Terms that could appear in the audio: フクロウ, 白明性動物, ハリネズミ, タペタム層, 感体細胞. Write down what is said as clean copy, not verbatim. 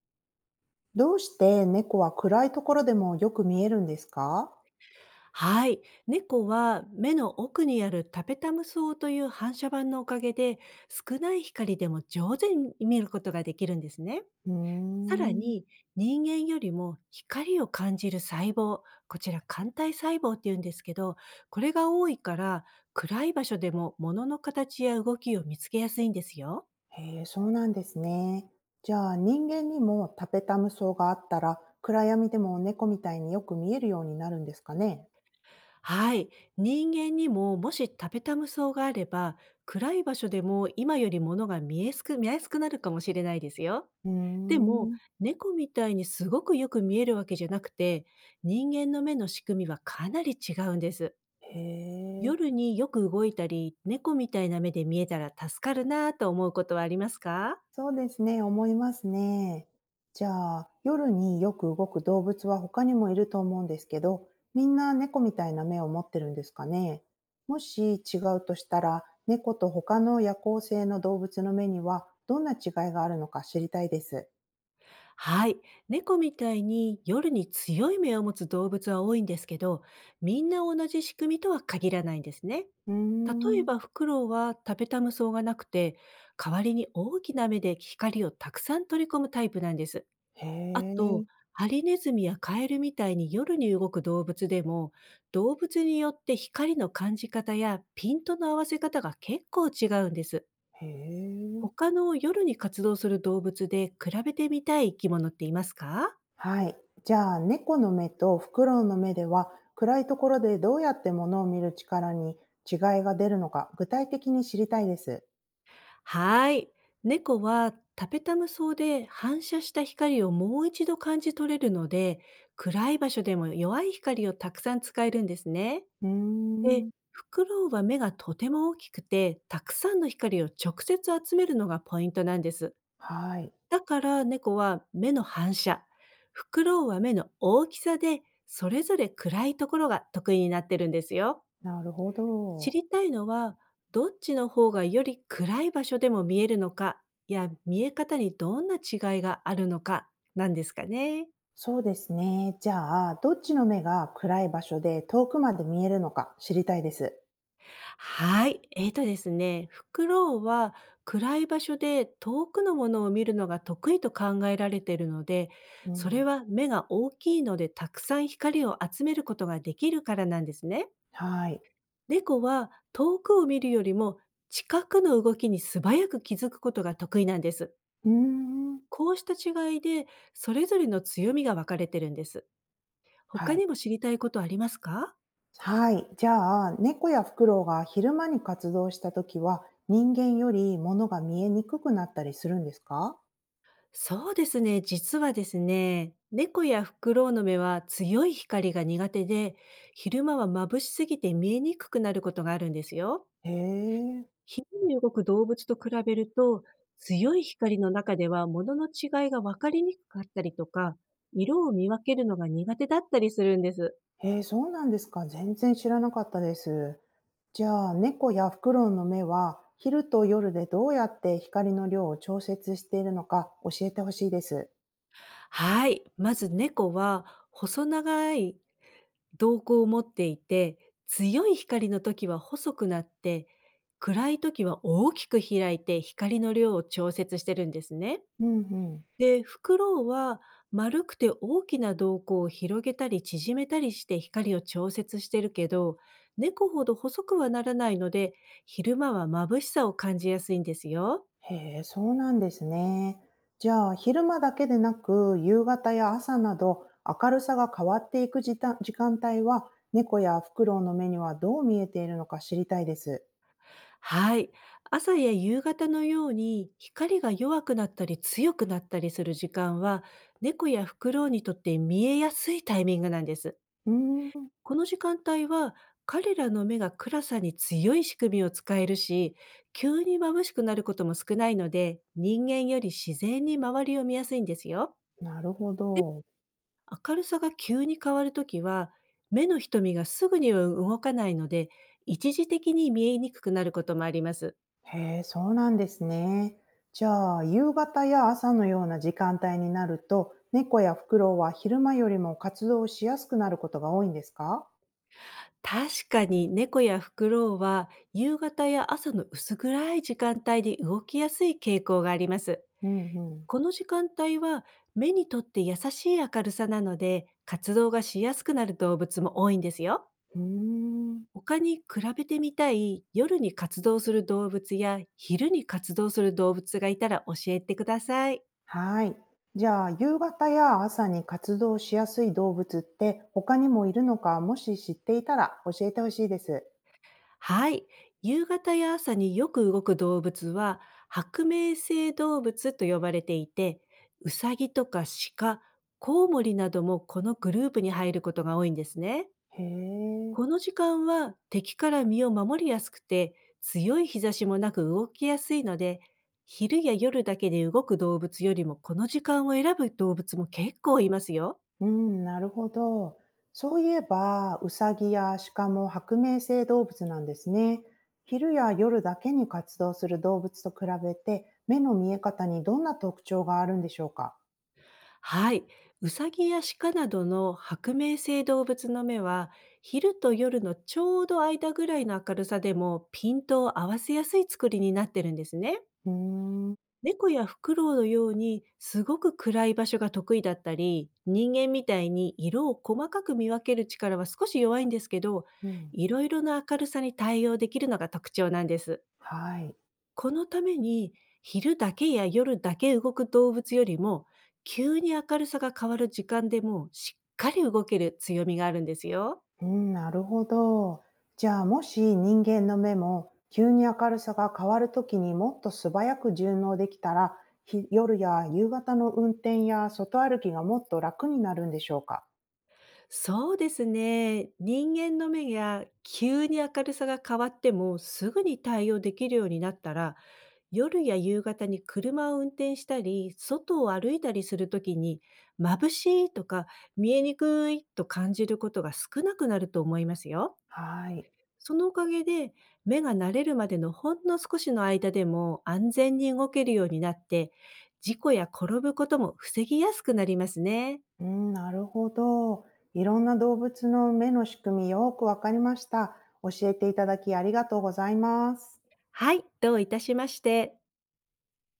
どうして猫は暗いところでもよく見えるんですか？はい。猫は目の奥にあるタペタム層という反射板のおかげで少ない光でも上手に見ることができるんですね。うーさらん。に人間よりも光を感じる細胞、こちら感体細胞って言うんですけど、これが多いから暗い場所でも物の形や動きを見つけやすいんですよ。へえ、そうなんですね。じゃあ人間にもタペタム層があったら暗闇でも猫みたいによく見えるようになるんですかね？はい。人間にももしタペタム層があれば暗い場所でも今より物が見えすく、見やすくなるかもしれないですよ。うーでも、ん。猫みたいにすごくよく見えるわけじゃなくて、人間の目の仕組みはかなり違うんです。へえ。夜によく動いたり、猫みたいな目で見えたら助かるなぁと思うことはありますか？そうですね、思いますね。じゃあ、夜によく動く動物は他にもいると思うんですけど、みんな猫みたいな目を持ってるんですかね。もし違うとしたら、猫と他の夜行性の動物の目にはどんな違いがあるのか知りたいです。はい。猫みたいに夜に強い目を持つ動物は多いんですけど、みんな同じ仕組みとは限らないんですね。うー例えん。ばフクロウはタペタム層がなくて、代わりに大きな目で光をたくさん取り込むタイプなんです。へあえ、と、ハリネズミやカエルみたいに夜に動く動物でも、動物によって光の感じ方やピントの合わせ方が結構違うんです。へえ。他の夜に活動する動物で比べてみたい生き物っていますか？はい。じゃあ、猫の目とフクロウの目では、暗いところでどうやって物を見る力に違いが出るのか、具体的に知りたいです。はい。猫はタペタム層で反射した光をもう一度感じ取れるので、暗い場所でも弱い光をたくさん使えるんですね。うーで、ん、フクロウは目がとても大きくて、たくさんの光を直接集めるのがポイントなんです。はい、だから猫は目の反射、フクロウは目の大きさで、それぞれ暗いところが得意になってるんですよ。なるほ知ど。りたいのは、どっちの方がより暗い場所でも見えるのか、や見え方にどんな違いがあるのかなんですかね。そうですね。じゃあ、どっちの目が暗い場所で遠くまで見えるのか知りたいです。はい。ですね、フクロウは暗い場所で遠くのものを見るのが得意と考えられているので、うそれん、は目が大きいのでたくさん光を集めることができるからなんですね。はい。猫は遠くを見るよりも近くの動きに素早く気づくことが得意なんです。うーん、こうした違いで、それぞれの強みが分かれてるんです。は他い。にも知りたいことありますか？はい。じゃあ、猫やフクロウが昼間に活動したときは、人間より物が見えにくくなったりするんですか？そうですね。実はですね、猫やフクロウの目は強い光が苦手で、昼間は眩しすぎて見えにくくなることがあるんですよ。へえ。昼に動く動物と比べると、強い光の中では物の違いが分かりにくかったりとか、色を見分けるのが苦手だったりするんです。へえ、そうなんですか。全然知らなかったです。じゃあ、猫やフクロウの目は、昼と夜でどうやって光の量を調節しているのか教えてほしいです。はい。まず猫は細長い瞳孔を持っていて、強い光の時は細くなって、暗い時は大きく開いて光の量を調節してるんですね。うんうん。で、フクロウは丸くて大きな瞳孔を広げたり縮めたりして光を調節してるけど、猫ほど細くはならないので、昼間は眩しさを感じやすいんですよ。へえ、そうなんですね。じゃあ、昼間だけでなく、夕方や朝など、明るさが変わっていく時間帯は、猫やフクロウの目にはどう見えているのか知りたいです。はい。朝や夕方のように光が弱くなったり強くなったりする時間は、猫やフクロウにとって見えやすいタイミングなんです。うーん、この時間帯は、彼らの目が暗さに強い仕組みを使えるし、急に眩しくなることも少ないので、人間より自然に周りを見やすいんですよ。なるほど。明るさが急に変わるときは、目の瞳がすぐには動かないので、一時的に見えにくくなることもあります。へえ、そうなんですね。じゃあ、夕方や朝のような時間帯になると、猫やフクロウは昼間よりも活動しやすくなることが多いんですか？確かに猫やフクロウは夕方や朝の薄暗い時間帯に動きやすい傾向があります。うんうん。この時間帯は、目にとって優しい明るさなので、活動がしやすくなる動物も多いんですよ。うーん。他に比べてみたい夜に活動する動物や昼に活動する動物がいたら教えてください。はい。じゃあ、夕方や朝に活動しやすい動物って他にもいるのか、もし知っていたら教えてほしいです。はい。夕方や朝によく動く動物は、白明性動物と呼ばれていて、ウサギとか鹿、コウモリなどもこのグループに入ることが多いんですね。へえ。この時間は敵から身を守りやすくて、強い日差しもなく動きやすいので、昼や夜だけで動く動物よりもこの時間を選ぶ動物も結構いますよ。うん、なるほど。そういえば、ウサギや鹿も白明性動物なんですね。昼や夜だけに活動する動物と比べて、目の見え方にどんな特徴があるんでしょうか？はい。ウサギやシカなどの白明性動物の目は、昼と夜のちょうど間ぐらいの明るさでもピントを合わせやすい作りになってるんですね。うーん、猫やフクロウのようにすごく暗い場所が得意だったり、人間みたいに色を細かく見分ける力は少し弱いんですけど、うん、いろいろな明るさに対応できるのが特徴なんです。はい。このために、昼だけや夜だけ動く動物よりも、急に明るさが変わる時間でもしっかり動ける強みがあるんですよ。うん、なるほど。じゃあ、もし人間の目も急に明るさが変わるときにもっと素早く順応できたら、夜や夕方の運転や外歩きがもっと楽になるんでしょうか？そうですね。人間の目や急に明るさが変わってもすぐに対応できるようになったら、夜や夕方に車を運転したり、外を歩いたりするときに、眩しいとか見えにくいと感じることが少なくなると思いますよ。はい。そのおかげで、目が慣れるまでのほんの少しの間でも安全に動けるようになって、事故や転ぶことも防ぎやすくなりますね。うん、なるほど。いろんな動物の目の仕組みよくわかりました。教えていただきありがとうございます。はい、どういたしまして。